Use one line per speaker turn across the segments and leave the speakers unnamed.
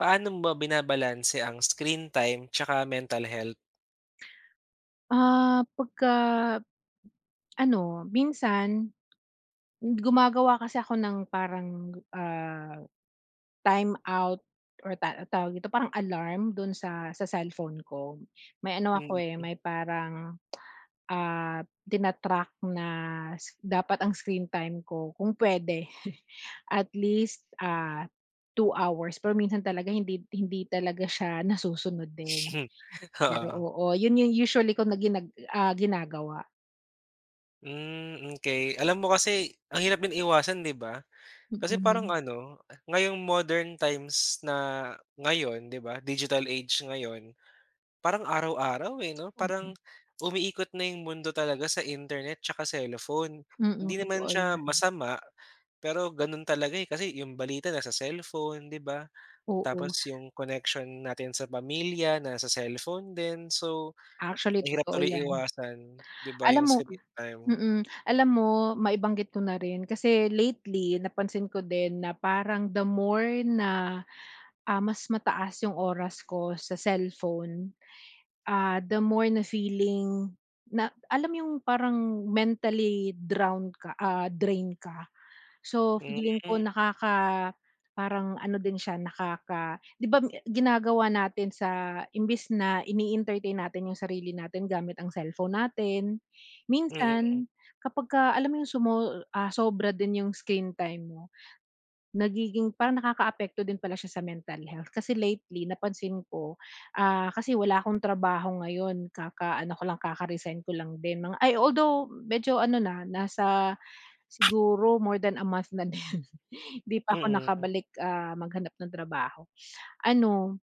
Paano mo ba binabalanse ang screen time tsaka mental health?
Pagka ano, minsan gumagawa kasi ako ng parang, time out or tawag dito, parang alarm dun sa cellphone ko. May ano
Mm,
ako, eh, may parang, tina-track na dapat ang screen time ko kung puwede at least, 2 hours pero minsan talaga hindi hindi talaga siya nasusunod din. Pero
oo.
oo, yun yung usually ko na ginagawa.
Hmm, okey. Alam mo kasi ang hirap din iwasan, 'di ba? Kasi parang
Mm.
ano, ngayong modern times na ngayon, 'di ba, digital age ngayon, parang araw-araw, eh, 'no?
Oo.
Parang umiikot na yung mundo talaga sa internet tsaka cellphone.
Mm,
Hindi naman
totoo
siya
yan.
masama, pero gano'n talaga, eh, kasi yung balita nasa cellphone, 'di ba? Tapos
Oo,
yung connection natin sa pamilya nasa cellphone din, so
actually
mahirap
totoo
tuloy
yan.
iwasan, 'di ba, yung
Alam mo,
screen time.
mm, alam mo maibanggit ko na rin kasi lately napansin ko din na parang the more na, mas mataas yung oras ko sa cellphone, the more na feeling na alam yung parang mentally drown ka, drain ka. So,
Hmm,
feeling ko nakaka parang ano din siya, nakaka 'di ba ginagawa natin sa imbes na ini-entertain natin yung sarili natin gamit ang cellphone natin,
mm,
minsan kapag ka alam mo yung sobra din yung screen time mo, nagiging parang nakakaapekto din pala siya sa mental health. Kasi lately napansin ko, kasi wala akong trabaho ngayon, kaka-ano ko lang, kaka-resign ko lang din mga ay although medyo ano na, nasa siguro more than a month na din. Hindi pa ako
mm,
nakabalik, maghanap ng trabaho. Ano,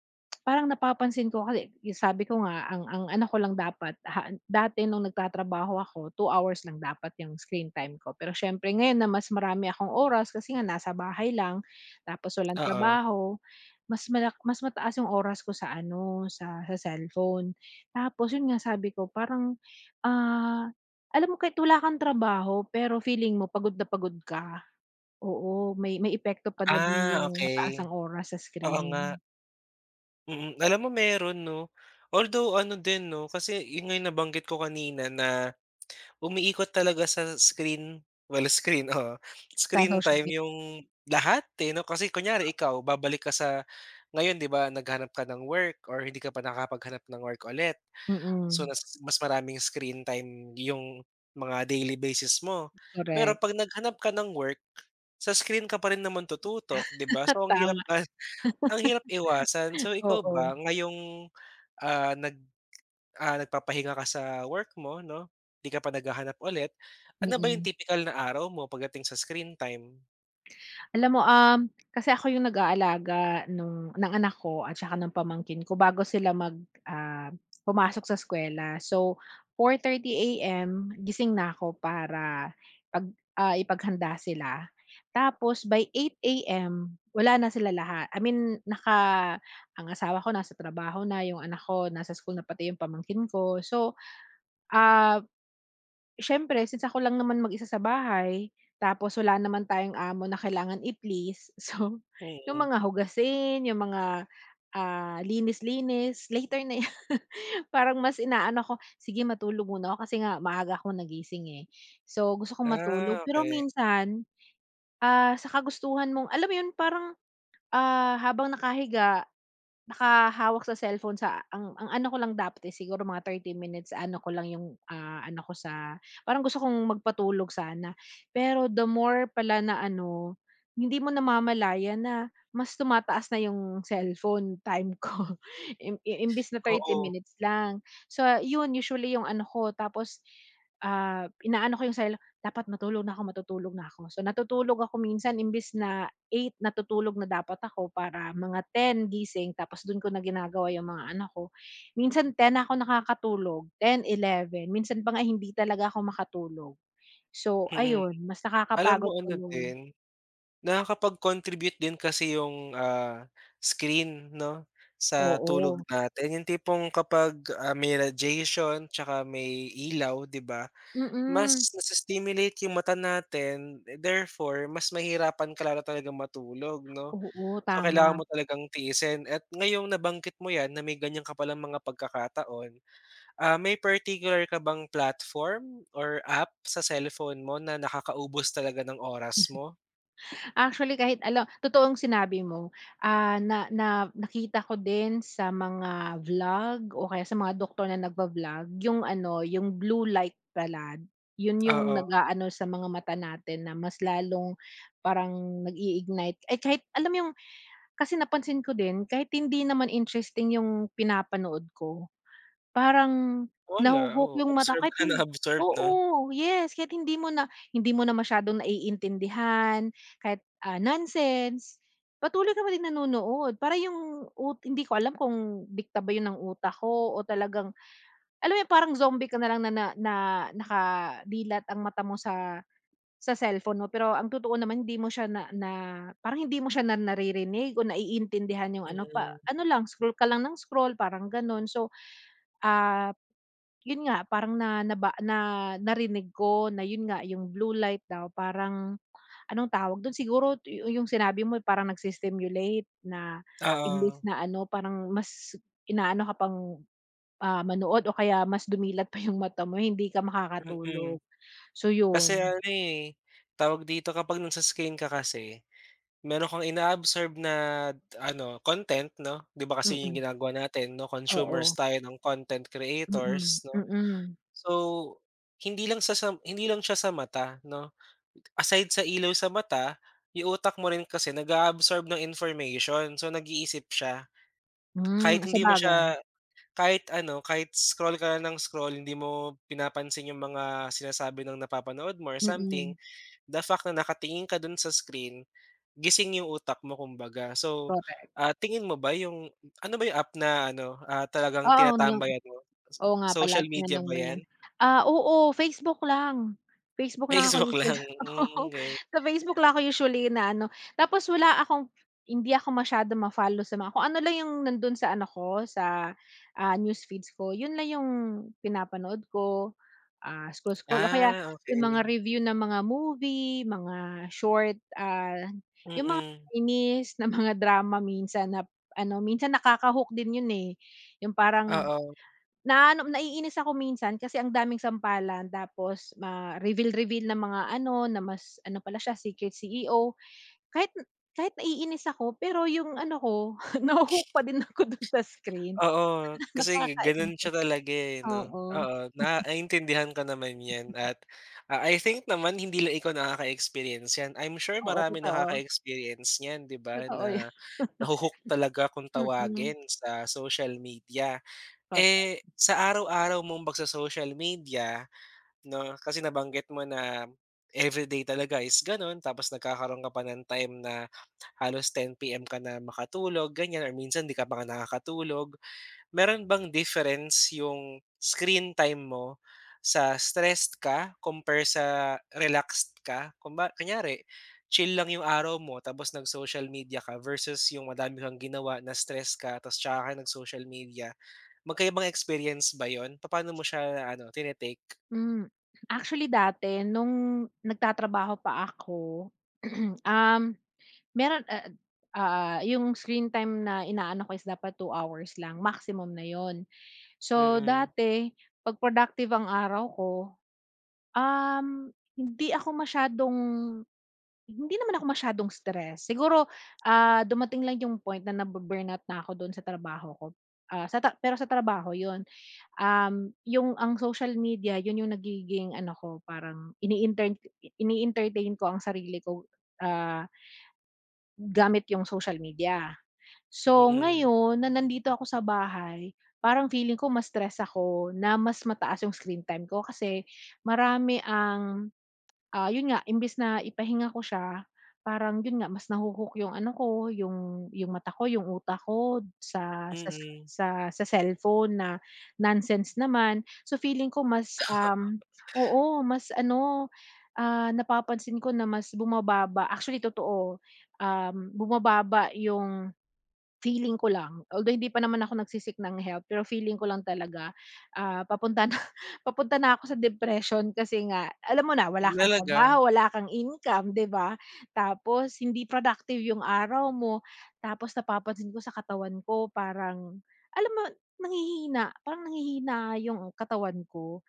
parang napapansin ko kasi sabi ko nga ang ano ko lang dapat ha dati nung nagtatrabaho ako 2 hours lang dapat yung screen time ko. Pero siyempre ngayon na mas marami akong oras kasi nga nasa bahay lang tapos walang
oo.
trabaho mas mataas yung oras ko sa ano, sa cellphone. Tapos yun nga sabi ko parang, ah, alam mo kahit wala kang trabaho pero feeling mo pagod na pagod ka. Oo, may epekto pala din
Ah,
yung mataas
okey.
ang oras sa
Oo nga,
screen,
mm. Alam mo meron 'no, although ano din 'no, kasi yun nga yung nabanggit ko kanina na umiikot talaga sa screen, well screen, oo,
sa
screen
social
time
media.
yung lahat, eh, 'no. Kasi kunyari ikaw babalik ka sa ngayon 'di ba, naghanap ka ng work or hindi ka pa nakakapaghanap ng work ulit. So,
Mm,
mas maraming screen time yung mga daily basis mo. Pero
correct.
'pag naghanap ka ng work, sa screen ka pa rin naman tututok, 'di ba? So, ang hirap
Tama,
na ang hirap iwasan. So, ikaw
oo,
ba ngayong, ah, nag ah, nagpapahinga ka sa work mo 'no, 'di ka pa naghahanap ulit, ano ba yung
mm.
typical na araw mo pagdating sa screen time?
Alam mo, kasi ako yung nag-aalaga nung ng anak ko at saka ng pamangkin ko bago sila mag, pumasok sa eskuwela. So, 4:30 AM gising na ako para 'pag, ipaghanda sila. Tapos by 8 AM wala na sila lahat. I mean, ang asawa ko nasa trabaho na, yung anak ko nasa school na, pati yung pamangkin ko. So, ah siyempre since ako lang naman mag-isa sa bahay, tapos wala naman tayong amo na kailangan i-please, so yung
Mm.
mga hugasin, yung mga, linis-linis, later na yan. Parang mas inaano ko, "Sige matulog muna ako," kasi nga maaga akong nagising, eh. So, gusto kong matulog
Ah,
pero
okay.
minsan, sa kagustuhan mong alam mo yun parang, habang nakahiga nakahawak sa cellphone sa ang ano ko lang dapat is siguro mga 30 minutes ano ko lang yung, ano ko sa parang gusto kong magpatulog sana. Pero the more pala na ano, hindi mo namamalayan na mas tumataas na yung cellphone time ko im i imbes na thirty
Oo,
minutes lang. So, yun usually yung ano ko tapos, inaano ko yung cellphone dapat matulog na ako, matutulog na ako. So, natutulog ako minsan imbis na 8:00 natutulog na dapat ako para mga 10 gising tapos dun ko na ginagawa yung mga anak ko. Minsan 10 na ako nakakatulog, ten 11 minsan pa nga hindi talaga ako makatulog. So
mm.
ayun, mas
Alam
nakakapagod
mo ano
tuloy.
din nakakapag-contribute din kasi yung, ah, screen 'no, sa tulog
Oo,
natin. Yung tipong kapag, ah, may radiation tsaka may ilaw, 'di ba, mas
mm.
nasa stimulate yung mata natin, therefore mas mahirapan ka lalo talagang matulog 'no.
Oo,
So,
tama.
kailangan mo talagang tiisin at ngayong nabanggit mo 'yan na may ganyan ka palang mga pagkakataon, ah, may particular ka bang platform or app sa cellphone mo na nakakaubos talaga ng oras mo?
Actually, kahit alam totoong sinabi mo, na na nakita ko din sa mga vlog o kaya sa mga doktor na nagva-vlog yung ano, yung blue light pala, yun yung
Oo.
nag-aano sa mga mata natin na mas lalong parang nag-i-ignite. Eh, kahit alam mo yung kasi napansin ko din kahit hindi naman interesting yung pinapanood ko parang
Wala, oo.
yung mata
Absorb
kahit
ka na
hin
absorb 'no?
oo, yes, kahit hindi mo na masyadong naiintindihan, kahit, nonsense, patuloy ka pa din nanonood. Para yung hindi ko alam kung dikta ba yun ng utak ko o talagang alam mo yun parang zombie ka na lang na na na nakadilat ang mata mo sa cellphone mo, pero ang totoo naman hindi mo siya na na parang hindi mo siya naririnig o naiintindihan yung
Mm,
ano lang, scroll ka lang ng scroll, parang gano'n. So, ah yun nga parang na naba na narinig ko na yun nga yung blue light daw parang anong tawag dun siguro yung sinabi mo parang nagsi-stimulate na imbes
oo,
na ano parang mas inaano ka pang, manood o kaya mas dumilat pa yung mata mo hindi ka
mm.
makakatulog. So
Kasi
yun,
ano, eh, tawag dito kapag nagsa-screen ka kasi, meron kang inaabsorb na ano, content 'no? 'Di ba kasi yun yung
mm,
ginagawa natin 'no, consumers
oo,
tayo ng content
mm,
creators 'no?
mm.
So, hindi lang siya sa mata 'no? Aside sa ilaw sa mata, yung utak mo rin kasi nag-aabsorb ng information. So, nag-iisip siya
Hmm,
kahit hindi mo
sabagay,
siya. Kahit ano, kahit scroll ka lang ng scroll hindi mo pinapansin yung mga sinasabi ng napapanood mo or something,
mm,
the fact na nakatingin ka dun sa screen, gising yung utak mo kumbaga. So,
correct.
ah, tingin mo ba yung ano ba yung app na ano, ah, talagang
Oo, yung
tinatambayan mo? S-
oo nga pala,
Social media
tinanong
ba
mo
'yan?
'yan. Ah, oo, Facebook lang. Facebook lang ako
Facebook
usually.
lang,
Oo,
hmm, okay.
sa Facebook lang ako usually inaano. Tapos wala akong hindi ako masyadong ma-follow sa mga kung ano lang yung nando'n sa ano ko, sa, news feeds ko, 'yun lang yung pinapanood ko, scroll-scroll o kaya
Ah,
yung
okey.
mga review ng mga movie, mga short, yung mga
Mm,
Chinese na mga drama minsan na ano, minsan nakaka-hook din 'yun, eh. Yung parang
oo.
naano naiinis ako minsan kasi ang daming sampalan tapos ma reveal-reveal ng mga ano na mas ano pala siya secret CEO. Kahit Kahit naiinis ako pero yung ano ko naho-hook pa din ako dun sa screen.
Oo, kasi
Nakakain
gano'n siya talaga, eh, 'no?
oo,
Oo, na naintindihan ko naman 'yan at, ah, I think naman hindi lang ikaw nakaka-experience 'yan. I'm sure
oo
marami
totoo,
nakaka-experience niyan, 'di ba,
totoo yan.
na naho-hook talaga kung
Mm,
tawagin sa social media.
correct.
Eh, sa araw-araw mong pagso-social media 'no, kasi nabanggit mo na everyday talaga is gano'n tapos nagkakaroon ka pa ng time na halos 10 PM ka na makatulog, ganyan or minsan 'di ka pa nga nakakatulog. Meron bang difference yung screen time mo sa stressed ka compare sa relaxed ka? Kung kunyari chill lang yung araw mo tapos nag-social media ka versus yung madami kang ginawa na stress ka tapos tsaka ka nag-social media. Magkaibang experience ba yon? Papaano mo siya ano, tine-take?
Hmm, actually dati nung nagtatrabaho pa ako, um, meron, yung screen time na inaano ko is dapat 2 hours lang maximum na yun. So,
Mm,
dati 'pag productive ang araw ko, um, hindi ako masyadong hindi naman ako masyadong stress. Siguro, dumating lang yung point na na ako do'n sa trabaho ko. Sa pero sa trabaho 'yun, yung ang social media 'yun yung nagiging ano ko, parang ini-entertain ko ang sarili ko, ah, gamit yung social media. So,
mm,
ngayon na nandito ako sa bahay, parang feeling ko mas stress ako na mas mataas yung screen time ko kasi marami ang, yun nga imbes na ipahinga ko siya, parang yun nga mas nahuhook yung ano ko, yung mata ko, yung utak ko sa sa
mm.
sa sa cellphone na nonsense naman. So, feeling ko mas, oo, mas ano, napapansin ko na mas bumababa actually totoo, bumababa yung feeling ko lang, although hindi pa naman ako nagsi-seek ng help, pero feeling ko lang talaga, papunta na papunta na ako sa depression kasi nga alam mo na wala kang
Talaga?
trabaho, wala kang income, 'di ba? Tapos hindi productive yung araw mo, tapos napapansin ko sa katawan ko parang alam mo nanghihina, parang nanghihina yung katawan ko.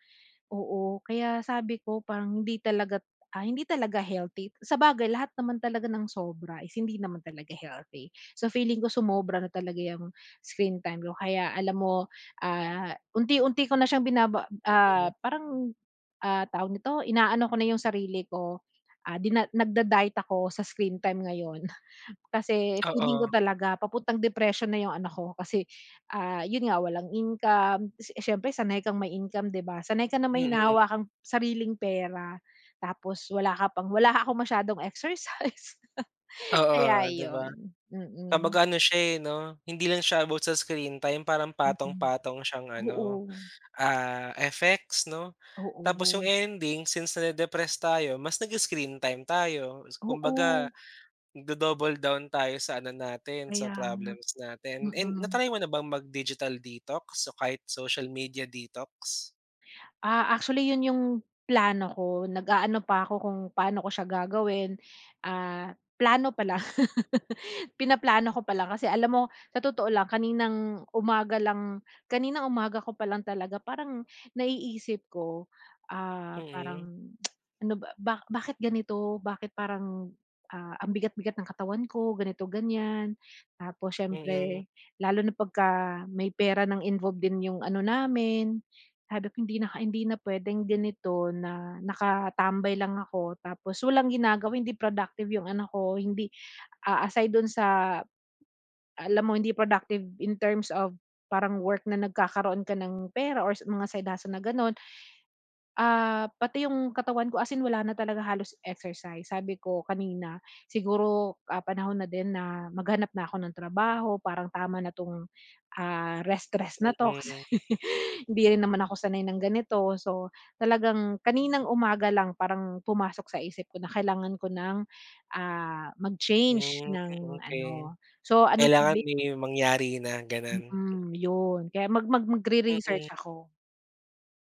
Oo, kaya sabi ko parang hindi talaga hindi talaga healthy. Sabagay lahat naman talaga ng sobra is hindi naman talaga healthy. So feeling ko sumobra na talaga 'yang screen time ko kaya alam mo, unti-unti ko na siyang
Mm,
parang, tawag nito, inaano ko na 'yung sarili ko, ah, dina nagda-diet ako sa screen time ngayon. Kasi feeling
oo.
ko talaga papuntang depression na yung ano ko kasi, yun nga walang income, siyempre sanay kang may income 'di ba? Sanay ka na may
Mm,
hinahawakang sariling pera, tapos wala ka pang wala akong masyadong exercise. Kaya
oo, 'di ba?
yun. Mm,
Kumbaga ano siya, eh, 'no, hindi lang siya about sa screen time parang
mm.
patong-patong siyang ano,
Oo,
ah, effects, 'no? Tapos
oo,
yung ending since nade-depress tayo mas nag-screen time tayo. Kumbaga
oo,
nagdo-double down tayo sa ano natin, sa
kaya nga,
problems natin. And
mm.
na-try mo na bang mag-digital detox o kahit social media detox?
Ah, actually 'yun yung plano ko, nag-aano pa ako kung paano ko siya gagawin, plano pa lang. Pinaplano ko pa lang kasi alam mo sa totoo lang kaninang umaga ko pa lang talaga parang naiisip ko,
Mm,
parang ano ba ba bakit ganito, bakit parang, ang bigat-bigat ng katawan ko ganito, ganiyan. Tapos
mm,
siyempre lalo na pagka may pera ng involved din yung ano namin. Sabi ko hindi na puwedeng ganito na nakatambay lang ako tapos walang ginagawa, hindi productive yung anak ko, hindi aside do'n sa alam mo hindi productive in terms of parang work na nagkakaroon ka ng pera or mga side hustle na gano'n. Ah, pati yung katawan ko as in wala na talaga halos exercise. Sabi ko kanina, siguro, panahon na din na maghanap na ako ng trabaho, parang tama na 'tong, rest-rest na 'to kasi
mm.
hindi rin naman ako sanay ng ganito. So, talagang kaninang umaga lang parang pumasok sa isip ko na kailangan ko ng, mag-change
Hmm,
ng
okey.
ano. So, anong
Kailangan
sabi
may mangyari na, gano'n?
mm, 'yun. Kaya mag mag magre-research
Mm.
ako.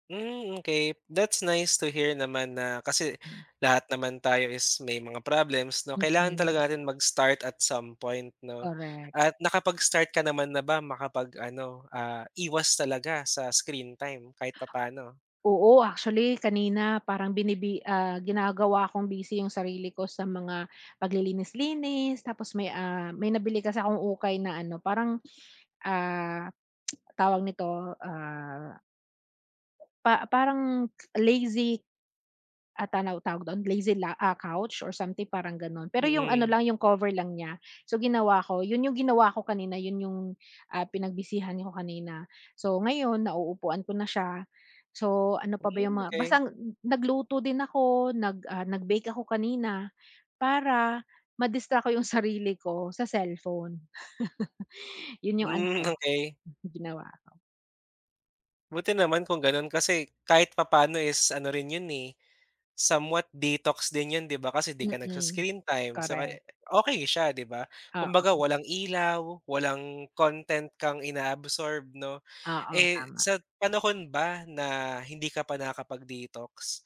Hmm, okay. That's nice to hear naman na kasi
Mm,
lahat naman tayo is may mga problems 'no, kailangan
mm,
talaga natin mag-start at some point 'no.
correct.
At nakapag-start ka naman na ba makapag-ano, ah, iwas talaga sa screen time kahit papaano?
Oo, actually kanina parang ginagawa kong busy yung sarili ko sa mga paglilinis-linis tapos may, may nabili kasi akong ukay na ano parang, ah, tawag nito, parang lazy. Ah, tawag doon, couch or something parang gano'n. Pero yung ano
Mm.
lang, yung cover lang niya. So ginawa ko, yun yung ginawa ko kanina, yun yung, pinagbisihan ko kanina. So ngayon nauupuan ko na siya. So ano pa ba yung
Hmm,
mga
okay.
basta nagluto din ako, nag-bake ako kanina para ma ko yung sarili ko sa cellphone. Yun yung ano ko,
Hmm, okay.
ginawa.
Buti naman kung gano'n kasi kahit papaano is ano rin 'yun, eh. Somewhat detox din yun 'di ba kasi 'di ka
Mm.
nagsa-screen time so
Correct.
ay okey siya 'di ba? Kumbaga
Oo,
walang ilaw, walang content kang inaabsorb 'no.
oo,
Eh,
tama.
sa panahon ba na hindi ka pa nakakapag-detox,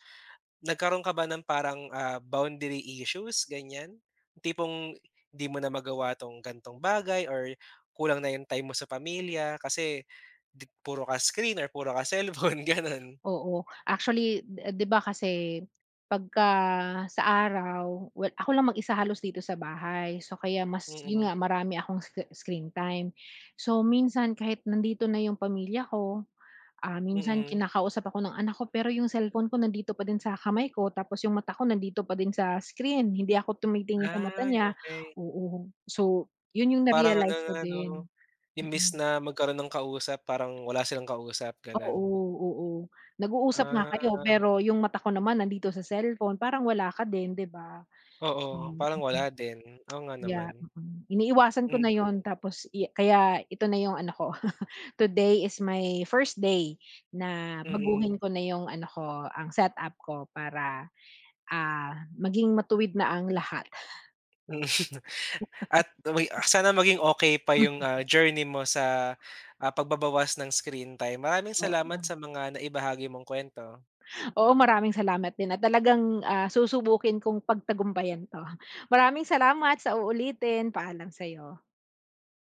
nagkaroon ka ba ng parang, ah, boundary issues ganyan? Tipong hindi mo na magawa 'tong gantong bagay or kulang na yung time mo sa pamilya kasi di puro ka screen or puro ka cellphone gano'n?
Oo. Actually, di di ba kasi pagka sa araw, well, ako lang mag-isa halos dito sa bahay. So kaya mas yun
Mm,
nga, marami akong screen time. So minsan kahit nandito na yung pamilya ko, minsan
mm.
kinakausap ako ng anak ko, pero yung cellphone ko nandito pa din sa kamay ko, tapos yung mata ko nandito pa din sa screen. Hindi ako tumitingin sa mata
Ay
niya.
okay.
Oo. So, yun yung
Parang ano
na-realize ko
na
din.
'no, imbis
Mm.
na magkaroon ng kausap parang wala silang kausap gano'n.
Oo, oo. Nag-uusap nga kayo
Ah,
pero yung mata ko naman nandito sa cellphone parang wala ka din, 'di ba?
oo,
So,
parang wala
mm,
din. Oo nga naman.
kaya mm, iniiwasan ko na
Hmm,
yon tapos kaya ito na yung ano ko, today is my first day na
mm.
baguhin ko na yung ano ko, ang setup ko para, ah, maging matuwid na ang lahat.
Mm. At uy, sana maging okey pa yung, ah, journey mo sa, ah, pagbabawas ng screen time. Maraming salamat
Oo.
sa mga naibahagi mong kuwento.
Oo, maraming salamat din at talagang, susubukin kong pagtagumpayan 'to. Maraming salamat sa uulitin. Paalam sa'yo.